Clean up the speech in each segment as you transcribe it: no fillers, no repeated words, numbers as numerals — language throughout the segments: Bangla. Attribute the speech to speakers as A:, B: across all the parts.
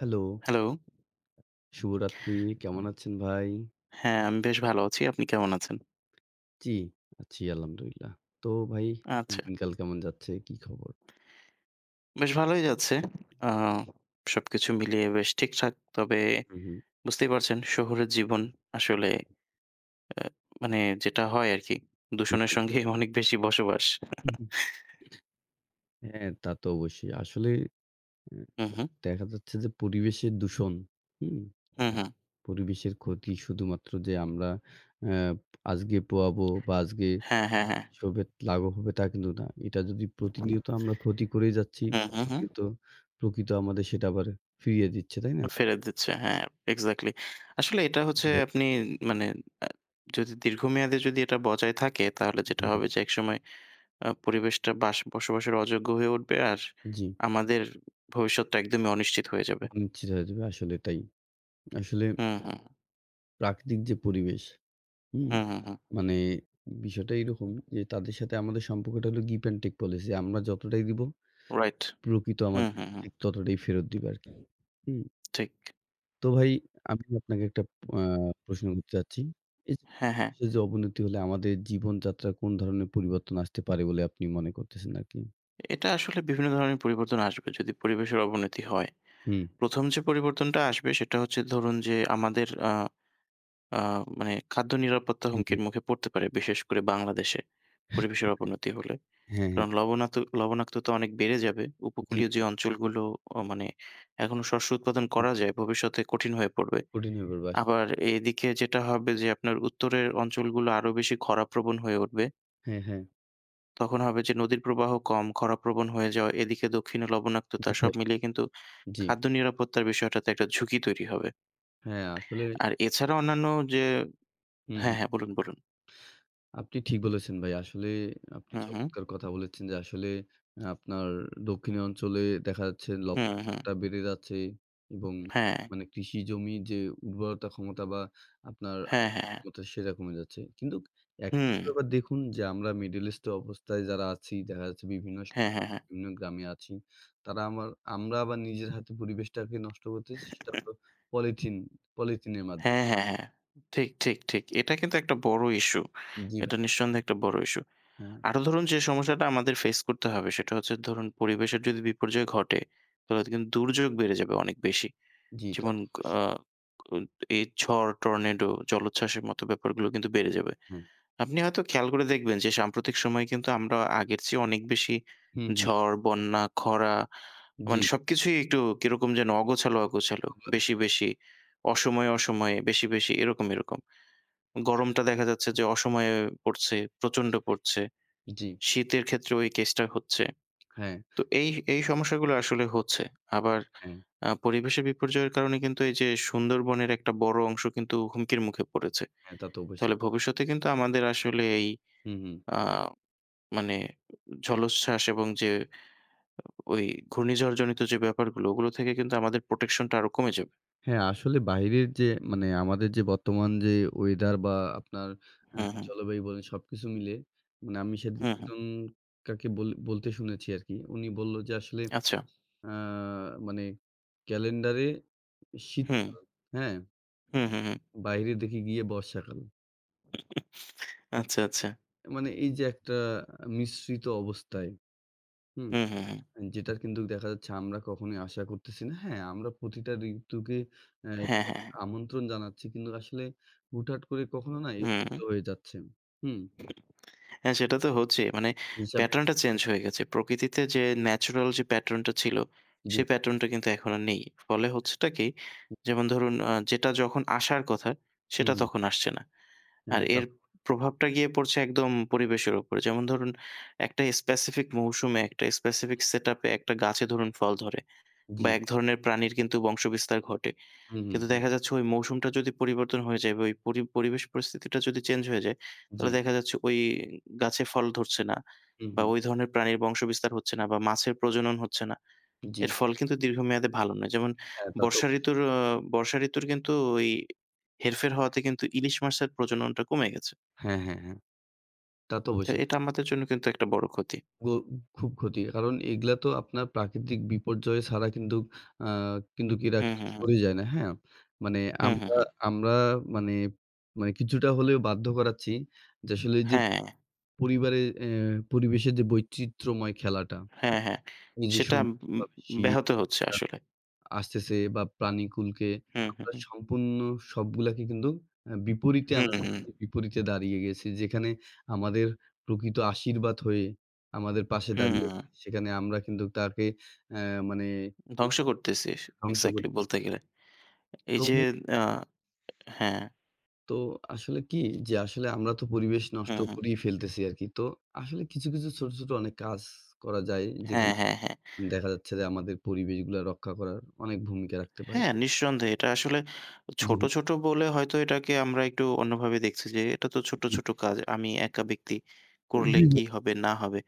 A: Hello,
B: hello.
A: শুভরাত্রি। কেমন আছেন ভাই?
B: হ্যাঁ, আমি বেশ ভালো আছি। আপনি কেমন আছেন?
A: জি, আছি আলহামদুলিল্লাহ। তো ভাই
B: আচ্ছা,
A: দিনকাল কেমন যাচ্ছে? কি খবর?
B: বেশ ভালোই যাচ্ছে। আ সবকিছু মিলিয়ে বেশ ঠিকঠাক। তবে
A: হুম, হুম।
B: বুঝতেই পারছেন শহুরে জীবন আসলে আ মানে যেটা হয় আরকি,
A: জি
B: দূষণের
A: ভাই।
B: সঙ্গে অনেক বেশি বসবাস।
A: হুম হুম। হ্যাঁ, তা তো অবশ্যই। আসলে অ্যা
B: হুম, হুম।
A: দেখা যাচ্ছে যে পরিবেশের দূষণ, হুম?
B: হুম, হুম।
A: পরিবেশের ক্ষতি শুধুমাত্র যে আমরা অ্যা আজগে পোয়াবো বা আজগে
B: হ্যাঁ, হ্যাঁ, হ্যাঁ।
A: এসবের লাঘব হবে তা কিন্তু না। এটা যদি প্রতিনিয়ত আমরা ক্ষতি করেই যাচ্ছি,
B: হুম, হুম, হুম।
A: প্রতিনিয়ত প্রকৃতি আমাদের সেটা আবার ফিরিয়ে দিচ্ছে, তাই না?
B: ফেলে দিচ্ছে। হ্যাঁ, এক্সাক্টলি। আসলে এটা হচ্ছে
A: জি ভাই।
B: আপনি মানে আ যদি দীর্ঘমেয়াদে যদি এটা বজায় থাকে তাহলে যেটা
A: হুম, হুম।
B: হবে যে একসময় পরিবেশটা বসবাসের অযোগ্য হয়ে উঠবে। আর
A: জি।
B: আমাদের ভবিষ্যৎটা একদমই অনিশ্চিত হয়ে যাবে।
A: অনিশ্চিত হয়ে যাবে। আসলে তাই। আসলে
B: হুম, হুম,
A: প্রাকৃতিক যে পরিবেশ, হুম?
B: হুম, হুম, হুম।
A: মানে বিষয়টা এরকম যে তাদের সাথে আমাদের সম্পর্কটা হলো give and take policy। আমরা যতটাই দিব,
B: রাইট।
A: প্রকৃত
B: হুম,
A: আমাদের
B: হুম, হুম।
A: ঠিক ততটাই ফেরত দিবে আরকি। হুম?
B: ঠিক।
A: তো ভাই আমি আপনাকে একটা আ প্রশ্ন করতে চাচ্ছি। এই যে
B: হ্যাঁ, হ্যাঁ।
A: দেশের যে অবনতি হলে আমাদের জীবনযাত্রায় কোন ধরনের পরিবর্তন আসতে পারে বলে আপনি মনে করতেছেন আরকি?
B: এটা আসলে বিভিন্ন ধরনের পরিবর্তন আসবে যদি পরিবেশের অবনতি হয়।
A: হুম,
B: ১ম যে পরিবর্তনটা আসবে সেটা হচ্ছে ধরুন যে আমাদের আ আ মানে খাদ্য নিরাপত্তা
A: হুম, হুম।
B: হুমকির মুখে পড়তে পারে বিশেষ করে বাংলাদেশে পরিবেশের অবনতি হলে।
A: হ্যাঁ, হ্যাঁ।
B: কারণ লবণাক্ততা অনেক বেড়ে যাবে।
A: জি
B: উপকূলীয় যে
A: ভাই।
B: অঞ্চলগুলো মানে এখনো শস্য উৎপাদন
A: হুম,
B: করা যায়, ভবিষ্যতে কঠিন হয়ে পড়বে।
A: কঠিন হয়ে পড়বে আসলে।
B: আবার এদিকে যেটা হবে যে আপনার উত্তরের অঞ্চলগুলো আরো বেশি খরাপ্রবণ হয়ে উঠবে।
A: হ্যাঁ, হ্যাঁ।
B: তখন হবে যে নদীর প্রবাহ কম, খরাপ্রবণ হয়ে যাওয়া, এদিকে দক্ষিণে লবণাক্ততা
A: জি
B: সব
A: ভাই।
B: মিলিয়ে কিন্তু
A: জি।
B: খাদ্য নিরাপত্তার বিষয়টাতে একটা ঝুঁকি তৈরি হবে।
A: হ্যাঁ, আসলে
B: আর এছাড়া অন্যান্য যে
A: হুম,
B: হ্যাঁ,
A: হুম।
B: হ্যাঁ, বলুন, বলুন।
A: আপনি ঠিক বলেছেন ভাই। আসলে আপনি
B: হুম, হুম।
A: চমৎকার কথা বলেছেন যে আসলে আপনার দক্ষিণে অঞ্চলে দেখা যাচ্ছে
B: হুম, হুম।
A: লবণাক্ততা বেড়ে যাচ্ছে এবং
B: হ্যাঁ,
A: মানে কৃষি জমির যে উর্বরতা ক্ষমতা বা আপনার
B: হ্যাঁ,
A: আবাদ
B: হ্যাঁ, হ্যাঁ।
A: ক্ষমতা সেটা কমে যাচ্ছে। কিন্তু একই
B: হুম।
A: হিসেবে আবার দেখুন যে আমরা মিডল ইস্ট অবস্থায় যারা আছি দেখা যাচ্ছে বিভিন্ন শহরে,
B: হ্যাঁ, হ্যাঁ, হ্যাঁ।
A: বিভিন্ন গ্রামে আছি। তারা আমার আমরা আবার নিজের হাতে পরিবেশটাকে নষ্ট করতেছি সেটা হলো পলিথিন, পলিথিনের মাধ্যমে।
B: হ্যাঁ, হ্যাঁ, হ্যাঁ। ঠিক, ঠিক, ঠিক। এটা কিন্তু একটা বড় ইস্যু।
A: জি
B: এটা
A: ভাই,
B: নিঃসন্দেহে একটা বড় ইস্যু।
A: হ্যাঁ।
B: আরো ধরুন যে সমস্যাটা আমাদের ফেস করতে হবে সেটা হচ্ছে ধরুন পরিবেশের যদি বিপর্যয় ঘটে, তাহলে তো কিন্তু দুর্যোগ বেড়ে যাবে অনেক বেশি।
A: জি তা
B: যেমন
A: তো
B: আ
A: অবশ্যই।
B: এই ঝড়, টর্নেডো, জলোচ্ছ্বাসের মতো ব্যাপারগুলো কিন্তু বেড়ে যাবে।
A: হ্যাঁ।
B: আপনি হয়তো খেয়াল করে দেখবেন যে সাম্প্রতিক সময়ে কিন্তু আমরা আগের চেয়ে অনেক বেশি
A: হুম, হুম।
B: ঝড়, বন্যা, খরা
A: জি।
B: মানে সবকিছুই একটু কিরকম যেন অগোছালো, অগোছালো। বেশি, বেশি। অসময়ে, অসময়ে, বেশি, বেশি এরকম, এরকম। গরমটা দেখা যাচ্ছে যে অসময়ে পড়ছে, প্রচণ্ড পড়ছে।
A: জি।
B: শীতের ক্ষেত্রেও এই কেসটা হচ্ছে।
A: হ্যাঁ,
B: তো এই সমস্যাগুলো আসলে হচ্ছে। আবার
A: হ্যাঁ,
B: পরিবেশের বিপর্যয়ের কারণে কিন্তু এই যে সুন্দরবনের একটা বড় অংশ কিন্তু হুমকির মুখে পড়েছে।
A: হ্যাঁ, তা তো
B: তাহলে
A: অবশ্যই।
B: ভবিষ্যতে কিন্তু আমাদের আসলে এই
A: হুম, হুম।
B: আ মানে জলোচ্ছ্বাস এবং যে ওই ঘূর্ণিঝড়জনিত যে ব্যাপারগুলো, ওগুলো থেকে কিন্তু আমাদের প্রোটেকশনটা আরো কমে যাবে।
A: হ্যাঁ, আসলে বাইরের যে মানে আমাদের যে বর্তমান যে ওয়েদার বা আপনার আ
B: হুম, হুম,
A: জলবায়ু বলেন সবকিছু মিলে মানে আমি সেদিন
B: হুম, হুম।
A: একজন কাকে বলতে শুনেছি আরকি। উনি বলল যে আসলে
B: আচ্ছা।
A: আ মানে ক্যালেন্ডারে
B: হুম,
A: শীতকাল, হ্যাঁ?
B: হুম, হুম, হুম।
A: বাইরে দেখি গিয়ে বর্ষাকাল।
B: আচ্ছা, আচ্ছা।
A: মানে এই যে একটা মিশ্রিত অবস্থায়
B: হুম, হুম, হুম।
A: যেটা কিন্তু দেখা যাচ্ছে আমরা কখনোই আশা করতেছি না। হ্যাঁ, আমরা প্রতিটা ঋতুকে অ্যা
B: হ্যাঁ, হ্যাঁ, হ্যাঁ।
A: আমন্ত্রণ জানাচ্ছি। কিন্তু আসলে হুটহাট করে কখনো না
B: হুম।
A: এলোমেলো হয়ে যাচ্ছে। হুম,
B: হ্যাঁ, সেটা তো হচ্ছেই। মানে
A: হিসাব
B: প্যাটার্নটা চেঞ্জ হয়ে গেছে। প্রকৃতিতে যে ন্যাচারাল যে প্যাটার্নটা ছিল,
A: জি,
B: সেই প্যাটার্নটা কিন্তু এখন আর নেই। ফলে হচ্ছেটা কি? যেমন ধরুন যেটা যখন আসার কথা,
A: হুম,
B: সেটা
A: হুম।
B: তখন আসছে না। আর
A: হ্যাঁ, তা
B: এর প্রভাবটা গিয়ে পড়ছে একদম পরিবেশের উপর। যেমন ধরুন একটা স্পেসিফিক মৌসুমে, একটা স্পেসিফিক সেটআপে একটা গাছে ধরুন ফল ধরে
A: জি,
B: বা এক ধরনের প্রাণীর কিন্তু বংশবিস্তার ঘটে।
A: হুম, হুম,
B: কিন্তু
A: হুম।
B: দেখা যাচ্ছে ওই মৌসুমটা যদি পরিবর্তন হয়ে যায় বা ওই পরিবেশ পরিস্থিতিটা যদি চেঞ্জ হয়ে যায়,
A: জি,
B: তাহলে দেখা যাচ্ছে ওই গাছে ফল ধরছে না
A: হুম,
B: বা
A: হুম।
B: ওই ধরনের প্রাণীর বংশবিস্তার হচ্ছে না বা মাছের প্রজনন হচ্ছে না।
A: জি,
B: এর ফল কিন্তু দীর্ঘমেয়াদে ভালো নয়। যেমন
A: হ্যাঁ, তা তো
B: বর্ষা ঋতুর, আ বর্ষা ঋতুর কিন্তু ওই হেরফের হওয়াতে কিন্তু ইলিশ মাছের প্রজননটা কমে গেছে।
A: হ্যাঁ, হ্যাঁ, হ্যাঁ। তা তো
B: তো
A: অবশ্যই।
B: এটা আমাদের জন্য কিন্তু একটা বড় ক্ষতি।
A: গো খুব ক্ষতি। কারণ এগুলা তো আপনার প্রাকৃতিক বিপর্যয় ছাড়া কিন্তু আ কিন্তু হুম। এরা
B: হুম,
A: কিন্তু
B: হুম, হুম।
A: সরে যায় না, হ্যাঁ? মানে
B: হুম, হুম,
A: আমরা
B: হুম।
A: আমরা মানে মানে কিছুটা হলেও বাধ্য করাচ্ছি যে আসলে যে
B: হ্যাঁ,
A: পরিবারে পরিবেশের যে বৈচিত্র্যময় খেলাটা
B: হ্যাঁ, হ্যাঁ।
A: এই যে
B: সেটা উম
A: সুন্দরভাবে শীত,
B: ব্যাহত হচ্ছে
A: বর্ষা
B: আসলে।
A: আসতেছে বা প্রাণীকুলকে
B: হুম, হুম,
A: আমরা
B: হুম।
A: সম্পূর্ণ সবগুলাকে কিন্তু বিপরীতে আমরা
B: হুম,
A: বিপরীতে দাঁড়িয়ে গেছি। যেখানে আমাদের প্রকৃত আশীর্বাদ হয়ে আমাদের পাশে
B: হুম,
A: দাঁড়িয়ে
B: হুম।
A: আছে। সেখানে আমরা কিন্তু তাকে অ্যা মানে
B: ধ্বংস করতেছিস।
A: ধ্বংস করে
B: এক্সাক্টলি বলতে
A: ফেলতেছি।
B: গেলে। এই
A: তো
B: যে
A: ভাই
B: আ হ্যাঁ।
A: তো আসলে কি যে আসলে আমরা তো পরিবেশ নষ্ট
B: হুম, হুম।
A: করেই ফেলতেছি আরকি। তো আসলে কিছু, কিছু ছোট, ছোট অনেক কাজ করা যায়
B: হ্যাঁ,
A: যেখানে
B: হ্যাঁ, হ্যাঁ।
A: দেখা যাচ্ছে যে আমাদের পরিবেশগুলা রক্ষা করার অনেক ভূমিকা রাখতে পারে।
B: হ্যাঁ, নিঃসন্দেহে। এটা আসলে
A: জি
B: ছোট,
A: ভাই।
B: ছোট বলে হয়তো এটাকে আমরা একটু অন্যভাবে দেখছি যে এটা তো ছোট,
A: জি
B: ছোট
A: ভাই।
B: কাজ। আমি একা ব্যক্তি করলে
A: জি
B: কি হবে না হবে।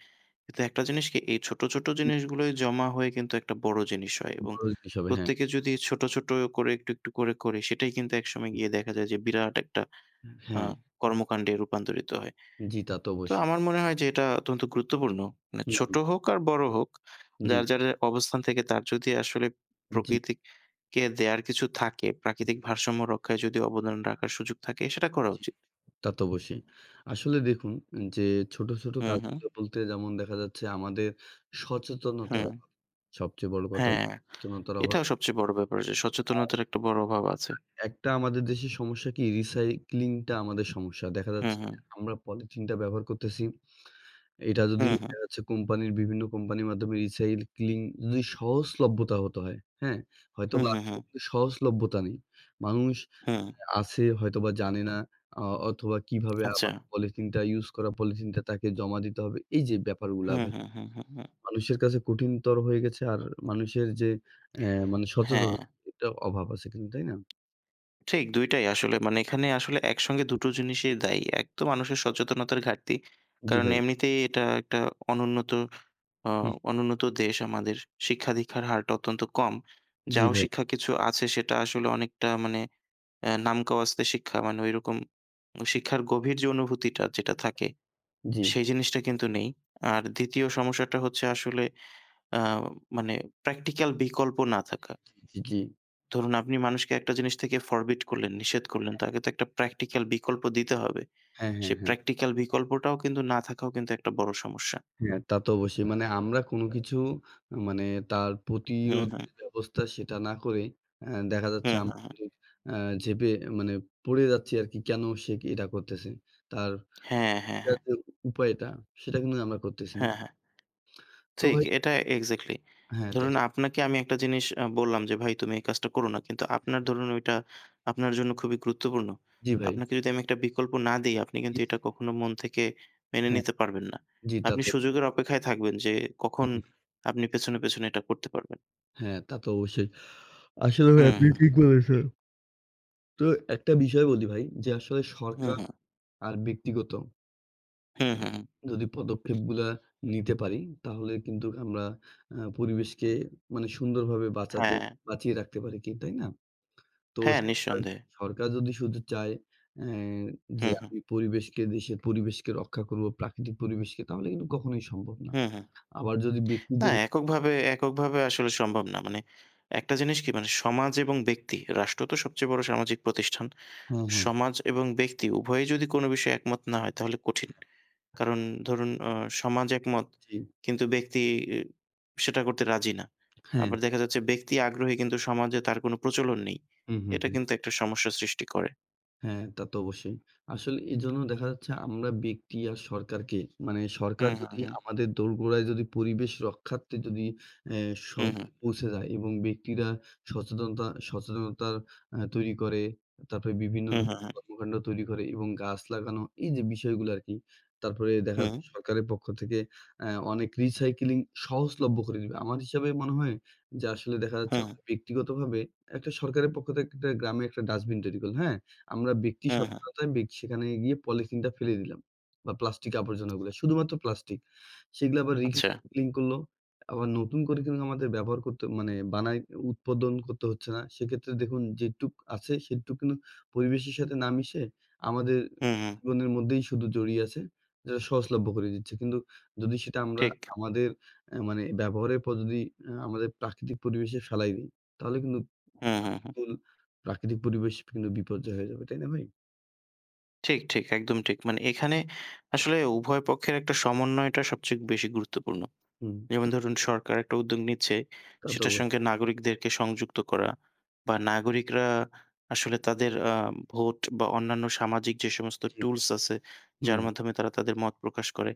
B: কিন্তু একটা জিনিস কি এই ছোট, ছোট
A: ভাই।
B: জিনিসগুলোই জমা হয়ে কিন্তু একটা বড় জিনিস হয় এবং
A: বড় জিনিস হবে। হ্যাঁ,
B: প্রত্যেকে যদি ছোট, ছোট করে একটু, একটু করে, করে সেটাই কিন্তু একসময়
A: হুম,
B: গিয়ে দেখা যায় যে বিরাট একটা আ
A: হ্যাঁ,
B: কর্মকাণ্ডে রূপান্তরিত হয়।
A: জি, তা তো
B: তো
A: অবশ্যই।
B: আমার মনে হয় যে এটা অত্যন্ত গুরুত্বপূর্ণ। মানে
A: হুম,
B: ছোট
A: হুম,
B: হোক আর বড় হোক,
A: জি,
B: যার, যার অবস্থান থেকে তার যদি আসলে
A: জি,
B: প্রকৃতিকে দেয়ার কিছু থাকে, প্রাকৃতিক
A: জি ভাই,
B: ভারসাম্য রক্ষায় যদি অবদান রাখার সুযোগ থাকে সেটা করা
A: জি,
B: উচিত।
A: তা তো অবশ্যই। আসলে দেখুন যে ছোট, ছোট
B: হুম, হুম,
A: কাজগুলো বলতে যেমন দেখা যাচ্ছে আমাদের সচেতনতার
B: হুম।
A: অভাব। সবচেয়ে বড় কথা হলো
B: হ্যাঁ,
A: সচেতনতার অভাব।
B: এটাও সবচেয়ে বড় ব্যাপার যে
A: আর
B: সচেতনতার একটা বড় অভাব আছে।
A: একটা আমাদের দেশে সমস্যা কি recycling টা আমাদের সমস্যা। দেখা
B: হুম,
A: যাচ্ছে
B: হুম,
A: যে আমরা পলিথিনটা ব্যবহার করতেছি। এটা যদি
B: হুম, হুম,
A: দেখা যাচ্ছে কোম্পানির বিভিন্ন কোম্পানির মাধ্যমে recycling যদি সহজলভ্যতা হতে হয়, হ্যাঁ?
B: হুম,
A: হয়তোবা
B: হুম,
A: আছে
B: হুম,
A: কিন্তু সহজলভ্যতা নেই। মানুষ
B: হুম,
A: আছে হয়তোবা জানে না আ অথবা কিভাবে
B: আচ্ছা।
A: আবার পলিথিনটা ইউজ করা, পলিথিনটা তাকে জমা দিতে হবে। এই যে ব্যাপারগুলা
B: হুম,
A: ভাই
B: হুম, হুম, হুম, হুম।
A: মানুষের কাছে কঠিনতর হয়ে গেছে। আর মানুষের যে মানে
B: হ্যাঁ।
A: সচেতনতা এটা অভাব আছে কিন্তু, তাই না?
B: ঠিক ২ টাই আসলে মানে এখানে আসলে একসঙ্গে দুটো জিনিসই দায়ী। এক তো মানুষের সচেতনতার ঘাটতি।
A: জি
B: কারণ
A: ভাই।
B: এমনিতেই এটা একটা অনুন্নত আ
A: হুম,
B: অনুন্নত দেশ আমাদের। শিক্ষা-দীক্ষার হারটা অত্যন্ত কম।
A: জি
B: যাও
A: ভাই।
B: শিক্ষা কিছু আছে সেটা আসলে অনেকটা মানে নামকাওয়াস্তে শিক্ষা মানে ঐরকম শিক্ষার গভীর যে অনুভূতিটা যেটা থাকে
A: জি,
B: সেই জিনিসটা কিন্তু নেই। আর ২য় সমস্যাটা হচ্ছে আসলে আ মানে প্র্যাকটিক্যাল বিকল্প না থাকা।
A: জি, জি।
B: ধরুন আপনি মানুষকে একটা জিনিস থেকে ফরবিট করলেন, নিষেধ করলেন। তাকে তো একটা প্র্যাকটিক্যাল বিকল্প দিতে হবে।
A: হ্যাঁ, হ্যাঁ,
B: সেই
A: হ্যাঁ।
B: প্র্যাকটিক্যাল বিকল্পটাও কিন্তু না থাকাও কিন্তু একটা বড় সমস্যা।
A: হ্যাঁ, তা তো অবশ্যই। মানে আমরা কোনো কিছু মানে তার
B: হুম,
A: প্রতিরোধ
B: হুম।
A: যে ব্যবস্থা সেটা না করে দেখা যাচ্ছে
B: হুম,
A: আমরা
B: হুম, হুম।
A: কিন্তু অ্যা ঝেঁপে মানে পড়ে যাচ্ছি আরকি কেন সে এটা করতেছে। তার
B: হ্যাঁ, হ্যাঁ,
A: এটার
B: হ্যাঁ।
A: যে উপায়টা সেটা কিন্তু আমরা করতেছি না।
B: হ্যাঁ, হ্যাঁ।
A: তো
B: ঠিক
A: ভাই
B: এটা এক্সাক্টলি।
A: হ্যাঁ, তা
B: ধরুন
A: তো
B: আপনাকে আমি একটা জিনিস বললাম যে, "ভাই তুমি এই কাজটা করো না।" কিন্তু আপনার ধরুন ওইটা আপনার জন্য খুবই গুরুত্বপূর্ণ।
A: জি ভাই।
B: আপনাকে যদি আমি একটা বিকল্প না দেই, আপনি কিন্তু
A: জি, জি।
B: এটা কখনো মন থেকে মেনে
A: হ্যাঁ,
B: নিতে পারবেন না।
A: জি তা
B: আপনি
A: তো
B: সুযোগের অপেক্ষায় থাকবেন যে, কখন
A: হুম, হুম।
B: আপনি পেছনে, পেছনে এটা করতে পারবেন।
A: হ্যাঁ, তা তো অবশ্যই। আসলে ভাই
B: হুম,
A: আপনি
B: হুম।
A: ঠিক বলেছেন। তো একটা বিষয় বলি ভাই যে আসলে
B: হুম,
A: সরকার
B: হুম।
A: আর ব্যক্তিগত
B: হুম, হুম, হুম।
A: যদি পদক্ষেপগুলা নিতে পারি তাহলে কিন্তু আমরা পরিবেশকে মানে সুন্দরভাবে বাঁচাতে
B: হ্যাঁ,
A: বাঁচিয়ে রাখতে পারি কি, তাই না? তো
B: হ্যাঁ,
A: সরকার
B: নিঃসন্দেহে।
A: সরকার যদি শুধু চায় অ্যা যে
B: হুম, হুম।
A: আমি পরিবেশকে দেশের পরিবেশকে রক্ষা করব, প্রাকৃতিক পরিবেশকে তাহলে কিন্তু কখনোই সম্ভব না।
B: হুম, হুম।
A: আবার যদি ব্যক্তি
B: না
A: যদি
B: এককভাবে এককভাবে আসলে সম্ভব না। মানে একটা জিনিস কি মানে সমাজ এবং ব্যক্তি, রাষ্ট্র তো সবচেয়ে বড় সামাজিক প্রতিষ্ঠান।
A: হ্যাঁ, হ্যাঁ।
B: সমাজ এবং ব্যক্তি উভয়ে যদি কোনো বিষয়ে একমত না হয় তাহলে কঠিন। কারণ ধরুন সমাজ একমত
A: জি।
B: কিন্তু ব্যক্তি ই সেটা করতে রাজি না।
A: হ্যাঁ।
B: আবার দেখা যাচ্ছে ব্যক্তি আগ্রহী কিন্তু সমাজে তার কোনো প্রচলন নেই।
A: হুম, হুম,
B: এটা
A: হুম।
B: কিন্তু একটা সমস্যা সৃষ্টি করে।
A: হ্যাঁ, তা তো অবশ্যই। আসলে এজন্য দেখা যাচ্ছে আমরা ব্যক্তি আর সরকারকে মানে সরকার
B: হুম,
A: হুম।
B: হুম,
A: যদি
B: হুম।
A: আমাদের দোরগোড়ায় যদি পরিবেশ রক্ষার্থে যদি অ্যা
B: হুম, হুম।
A: সহজে পৌঁছে যায় এবং ব্যক্তিরা সচেতনতা সচেতনতা তৈরি করে, তারপরে বিভিন্ন
B: হুম, হুম,
A: ধরনের
B: হুম।
A: কর্মকাণ্ড তৈরি করে এবং গাছ লাগানো এই যে বিষয়গুলো আরকি। তারপরে দেখা যাচ্ছে সরকারের পক্ষ থেকে অনেক রিসাইক্লিং সহজলভ্য করে দিবে। আমার হিসাবে মনে হয় যে আসলে দেখা যাচ্ছে
B: হুম, হুম।
A: আমরা ব্যক্তিগতভাবে একটা সরকারের পক্ষ থেকে একটা গ্রামে একটা ডাস্টবিন তৈরি করল, হ্যাঁ? আমরা ব্যক্তি
B: হুম, হুম।
A: সচেতনতায় বেক সেখানে গিয়ে পলিথিনটা ফেলে দিলাম বা প্লাস্টিক আবর্জনাগুলা। শুধুমাত্র প্লাস্টিক। সেগুলা আবার
B: আচ্ছা।
A: রিসাইক্লিং করলো। আবার নতুন করে কিন্তু আমাদের ব্যবহার করতে মানে বানায় উৎপাদন করতে হচ্ছে না। সেক্ষেত্রে দেখুন যেটুক আছে সেটুক কিন্তু পরিবেশের সাথে না মিশে আমাদের
B: হুম, হুম।
A: জীবনের মধ্যেই শুধু জড়িয়ে আছে। যেটা সহজলভ্য করে দিচ্ছে। কিন্তু যদি সেটা আমরা
B: ঠিক।
A: আমাদের মানে ব্যবহারের পর যদি আমাদের প্রাকৃতিক পরিবেশে ফেলাই দিই, তাহলে কিন্তু
B: হুম, হুম, হুম।
A: ফুল প্রাকৃতিক পরিবেশ কিন্তু বিপর্যয় হয়ে যাবে। তাই না ভাই?
B: ঠিক, ঠিক। একদম ঠিক। মানে এখানে আসলে উভয় পক্ষের একটা সমন্বয়টা সবচেয়ে বেশি গুরুত্বপূর্ণ।
A: হুম,
B: যেমন
A: তা
B: ধরুন সরকার একটা উদ্যোগ নিচ্ছে,
A: তা তো
B: সেটার
A: অবশ্যই।
B: সঙ্গে নাগরিকদেরকে সংযুক্ত করা বা নাগরিকরা আসলে তাদের ভোট বা অন্যান্য সামাজিক যে সমস্ত
A: জি,
B: টুলস আছে, যার
A: হুম,
B: মাধ্যমে তারা তাদের মত প্রকাশ করে,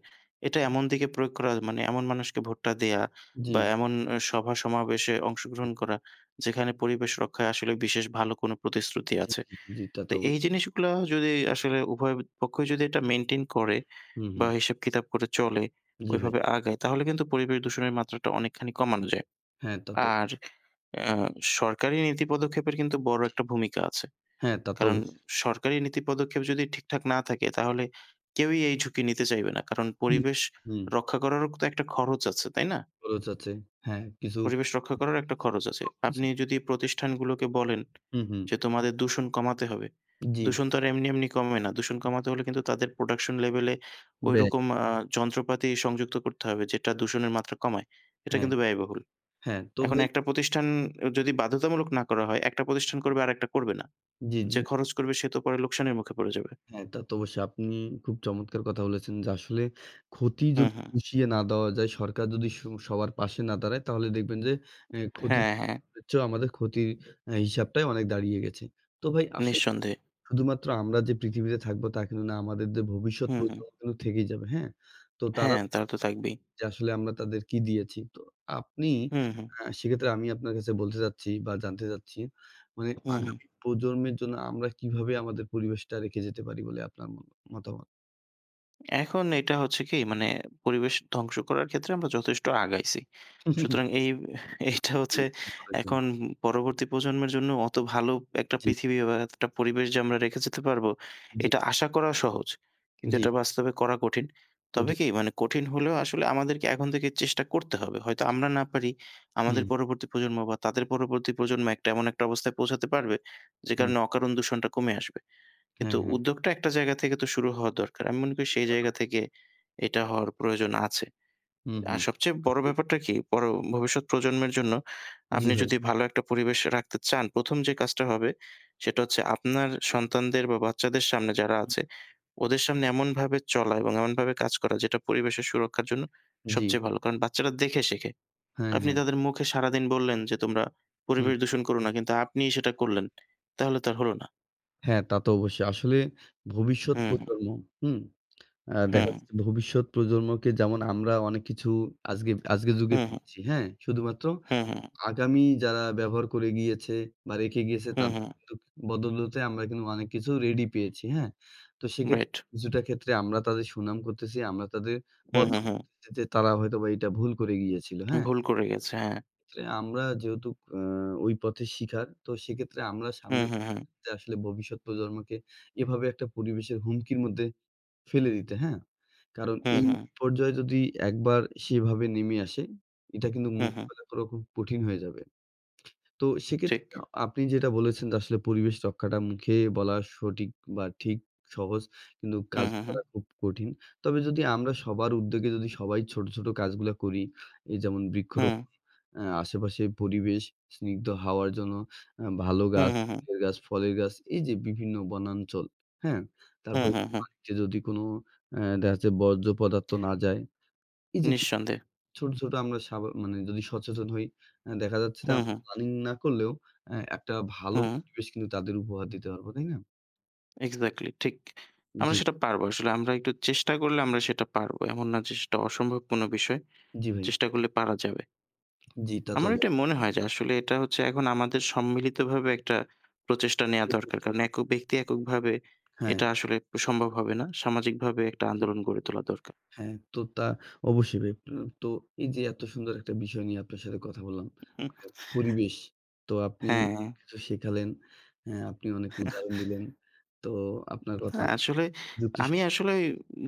B: এটা এমন দিকে প্রয়োগ করা মানে এমন মানুষকে ভোটটা দেয়া
A: জি,
B: বা এমন সভা-সমাবেশে
A: জি,
B: অংশগ্রহণ করা, যেখানে পরিবেশ রক্ষায় আসলে বিশেষ ভালো কোনো প্রতিশ্রুতি
A: জি,
B: আছে।
A: জি, জি, জি, তা
B: তো
A: তো অবশ্যই।
B: এই জিনিসগুলা যদি আসলে উভয় পক্ষই যদি এটা মেইনটেইন করে
A: হুম,
B: বা
A: হুম,
B: হিসাব-কিতাব করে চলে,
A: জি ভাই।
B: ওইভাবে আগায়, তাহলে কিন্তু পরিবেশ দূষণের মাত্রাটা অনেকখানি কমানো যায়।
A: হ্যাঁ, তা তো
B: আর আ সরকারি নীতি পদক্ষেপের কিন্তু বড়
A: জি,
B: একটা ভূমিকা আছে।
A: হ্যাঁ, তা তো
B: কারণ
A: অবশ্যই।
B: সরকারি নীতি পদক্ষেপ যদি ঠিকঠাক না থাকে, তাহলে কেউই এই ঝুঁকি নিতে চাইবে না। কারণ পরিবেশ
A: হুম,
B: রক্ষা করারও তো একটা খরচ আছে, তাই না?
A: খরচ আছে। হ্যাঁ, কিছু
B: পরিবেশ রক্ষা করার
A: উদ্যোগ
B: একটা
A: আছে।
B: খরচ আছে।
A: সবকিছু
B: আপনি যদি
A: মিলে
B: প্রতিষ্ঠানগুলোকে বলেন
A: হুম, হুম,
B: যে, "তোমাদের দূষণ কমাতে হবে।"
A: জি,
B: দূষণ তো আর এমনি, এমনি কমে না। দূষণ কমাতে হলে কিন্তু তাদের প্রোডাকশন লেভেলে
A: ব্যয়।
B: ঐরকম যন্ত্রপাতি সংযুক্ত করতে হবে যেটা দূষণের মাত্রা কমায়। এটা
A: হ্যাঁ,
B: কিন্তু ব্যয়বহুল।
A: হ্যাঁ, তো
B: এখন
A: ভাই
B: একটা প্রতিষ্ঠান যদি বাধ্যতামূলক না করা হয়, একটা প্রতিষ্ঠান করবে আরেকটা করবে না।
A: জি, জি।
B: যে খরচ করবে সে তো পরে লোকসানের মুখে পড়ে যাবে।
A: হ্যাঁ, তা তো অবশ্যই। আপনি খুব চমৎকার কথা বলেছেন যে আসলে ক্ষতি
B: হুম,
A: যদি
B: হুম।
A: পুষিয়ে না দেওয়া যায়, সরকার যদি স সবার পাশে না দাঁড়ায় তাহলে দেখবেন যে এ ক্ষতি
B: হ্যাঁ, হ্যাঁ।
A: চেয়েও আমাদের ক্ষতির হিসাবটাই অনেক দাঁড়িয়ে গেছে। তো ভাই আসলে
B: নিঃসন্দেহে।
A: শুধুমাত্র আমরা যে পৃথিবীতে থাকবো তা কিন্তু না, আমাদের যে ভবিষ্যৎ
B: হুম, হুম।
A: প্রজন্ম কিন্তু থেকেই যাবে, হ্যাঁ? তো তারা
B: হ্যাঁ, তা তো থাকবেই।
A: যে আসলে আমরা তাদের কি দিয়েছি। তো আপনি
B: হুম, হুম।
A: সেক্ষেত্রে আমি আপনার কাছে বলতে চাচ্ছি বা জানতে চাচ্ছি মানে
B: হুম, হুম।
A: আগামী প্রজন্মের জন্য আমরা কিভাবে আমাদের পরিবেশটা রেখে যেতে পারি বলে আপনার মন মতামত?
B: এখন এটা হচ্ছে কি মানে পরিবেশ ধ্বংস করার ক্ষেত্রে আমরা যথেষ্ট আগাইছি। সুতরাং এইটা
A: জি,
B: হচ্ছে
A: ঠিক বলেছেন।
B: এখন পরবর্তী প্রজন্মের জন্য অত ভালো একটা
A: জি,
B: পৃথিবী বা একটা পরিবেশ যে আমরা রেখে যেতে পারবো,
A: জি,
B: এটা আশা করা সহজ। কিন্তু
A: জি,
B: এটা বাস্তবে করা কঠিন। তবে
A: কঠিন।
B: কি মানে কঠিন হলেও আসলে আমাদেরকে এখন থেকে চেষ্টা করতে হবে। হয়তো আমরা না পারি, আমাদের
A: হুম,
B: পরবর্তী প্রজন্ম বা তাদের পরবর্তী প্রজন্ম একটা এমন একটা অবস্থায় পৌঁছাতে পারবে যে
A: হুম।
B: কারণে অকারণ দূষণটা কমে আসবে। কিন্তু
A: হ্যাঁ, হ্যাঁ।
B: উদ্যোগটা একটা জায়গা থেকে তো শুরু হওয়া দরকার। আমি মনে করি
A: জি,
B: সেই
A: তা তো
B: জায়গা
A: অবশ্যই।
B: থেকে এটা হওয়ার প্রয়োজন আছে।
A: হুম,
B: আর
A: হুম।
B: সবচেয়ে বড়
A: আসলে
B: ব্যাপারটা কি? বড় ভবিষ্যৎ প্রজন্মের জন্য
A: জি
B: আপনি
A: ভাই।
B: যদি ভালো একটা পরিবেশ রাখতে চান, ১ম যে কাজটা হবে সেটা হচ্ছে আপনার সন্তানদের বা বাচ্চাদের সামনে যারা
A: হুম,
B: আছে, ওদের সামনে এমনভাবে চলা এবং এমনভাবে কাজ করা যেটা পরিবেশের সুরক্ষার জন্য
A: জি।
B: সবচেয়ে ভালো। কারণ বাচ্চারা দেখে শেখে।
A: হ্যাঁ,
B: আপনি
A: হ্যাঁ।
B: তাদের মুখে সারাদিন বললেন যে, "তোমরা
A: হুম।
B: পরিবেশ দূষণ করো না।" কিন্তু আপনিই সেটা করলেন। তাহলে তো আর হলো না।
A: হ্যাঁ, তা তো অবশ্যই। আসলে ভবিষ্যৎ
B: হুম,
A: প্রজন্ম, হুম? দেখা
B: হুম,
A: যাচ্ছে ভবিষ্যৎ প্রজন্মকে যেমন আমরা অনেক কিছু আজগে আজকের যুগে
B: হুম, হুম,
A: পেয়েছি, হ্যাঁ? শুধুমাত্র
B: হুম, হুম।
A: আগামী যারা ব্যবহার করে গিয়েছে বা রেখে গিয়েছে
B: হুম,
A: তাদের
B: হুম।
A: কিন্তু বদৌলতে আমরা কিন্তু অনেক কিছু রেডি পেয়েছি, হ্যাঁ? তো সেক্ষেত্রে
B: রাইট।
A: কিছুটা ক্ষেত্রে আমরা তাদের সুনাম করতেছি, আমরা তাদের
B: হুম, হুম,
A: বদনাম
B: হুম।
A: করতেছি যে তারা হয়তোবা এটা ভুল করে গিয়েছিল, হ্যাঁ?
B: ভুল করে গেছে। হ্যাঁ।
A: ক্ষেত্রে আমরা যেহেতু আ ওই পথে শিখার তো সেক্ষেত্রে আমরা
B: হুম,
A: সামনে
B: হুম, হুম।
A: যে আসলে ভবিষ্যৎ প্রজন্মকে এভাবে একটা পরিবেশের হুমকির মধ্যে ফেলে দিতে, হ্যাঁ? কারণ
B: হুম,
A: এই হুম।
B: হুম।
A: বিপর্যয় যদি একবার সেভাবে নেমে আসে, এটা কিন্তু হুম।
B: হুম, হুম।
A: মোকাবেলা করা খুব কঠিন হয়ে যাবে। তো সেক্ষেত্রে
B: ঠিক।
A: আপনি যেটা বলেছেন যে আসলে পরিবেশ রক্ষাটা মুখে বলা সঠিক বা ঠিক সহজ কিন্তু
B: হুম,
A: কাজ
B: হুম, হুম।
A: করা খুব কঠিন। তবে যদি আমরা সবার উদ্যোগে যদি সবাই ছোট, ছোট কাজগুলা করি, এই যেমন হুম।
B: হুম।
A: বৃক্ষরোপণ আশেপাশের পরিবেশ স্নিগ্ধ হাওয়ার জন্য ভালো হুম।
B: হুম,
A: গাছ,
B: হুম, হুম।
A: ফুলের গাছ, ফলের গাছ এই যে বিভিন্ন বনাঞ্চল, হ্যাঁ?
B: হুম,
A: তারপরে
B: হুম, হুম।
A: পানিতে যদি কোনো দেখা যাচ্ছে বর্জ্য পদার্থ না যায়, এই যে কিছু
B: নিঃসন্দেহে।
A: ছোট, ছোট আমরা সাবা মানে যদি সচেতন হই দেখা যাচ্ছে যে
B: হুম,
A: আমরা
B: হুম।
A: প্ল্যানিং না করলেও একটা ভালো
B: হুম।
A: পরিবেশ কিন্তু তাদের উপহার দিতে পারবো, তাই না?
B: এক্সাক্টলি ঠিক। আমরা
A: জি,
B: সেটা পারবো। আসলে আমরা একটু চেষ্টা করলে আমরা সেটা পারবো। এমন না যে সেটা অসম্ভব কোনো বিষয়।
A: জি ভাই।
B: চেষ্টা করলে পারা যাবে।
A: জি তা তো
B: আমার এটা
A: অবশ্যই।
B: মনে হয় যে আসলে এটা হচ্ছে এখন আমাদের সম্মিলিতভাবে একটা প্রচেষ্টা নেয়া দরকার।
A: প্রচেষ্টার
B: কারণ
A: মাধ্যমে।
B: একক ব্যক্তি এককভাবে
A: হ্যাঁ।
B: এটা আসলে সম্ভব হবে না। সামাজিকভাবে একটা
A: জি।
B: আন্দোলন গড়ে তোলা দরকার।
A: হ্যাঁ, তো তা অবশ্যই ভাই। প তো এই যে এত সুন্দর একটা বিষয় নিয়ে আপনার সাথে কথা বললাম।
B: হুম।
A: মানে পরিবেশ। তো আপনি
B: হ্যাঁ।
A: অনেক কিছু শেখালেন। হ্যাঁ, আপনি অনেক উদাহরণ দিলেন। তো আপনার কথা
B: হ্যাঁ,
A: আমার
B: আসলে
A: যুক্তিসহ
B: আমি আসলে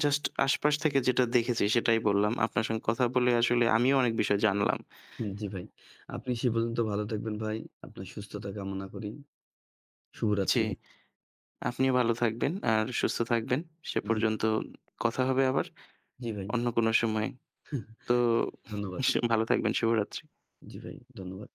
B: জাস্ট আশপাশ থেকে যেটা দেখেছি সেটাই বললাম। আপনার সঙ্গে কথা বলে আসলে আমিও অনেক বিষয় জানলাম।
A: জি ভাই। আপনি সে পর্যন্ত ভালো থাকবেন ভাই। আপনার সুস্থতা কামনা করি।
B: জি,
A: শুভরাত্রি ভাই।
B: আপনিও ভালো থাকবেন আর সুস্থ থাকবেন। সে
A: জি,
B: পর্যন্ত কথা হবে আবার
A: জি ভাই।
B: অন্য কোনো সময়। তো
A: ধন্যবাদ।
B: ভালো থাকবেন। শুভরাত্রি।
A: জি ভাই, ধন্যবাদ।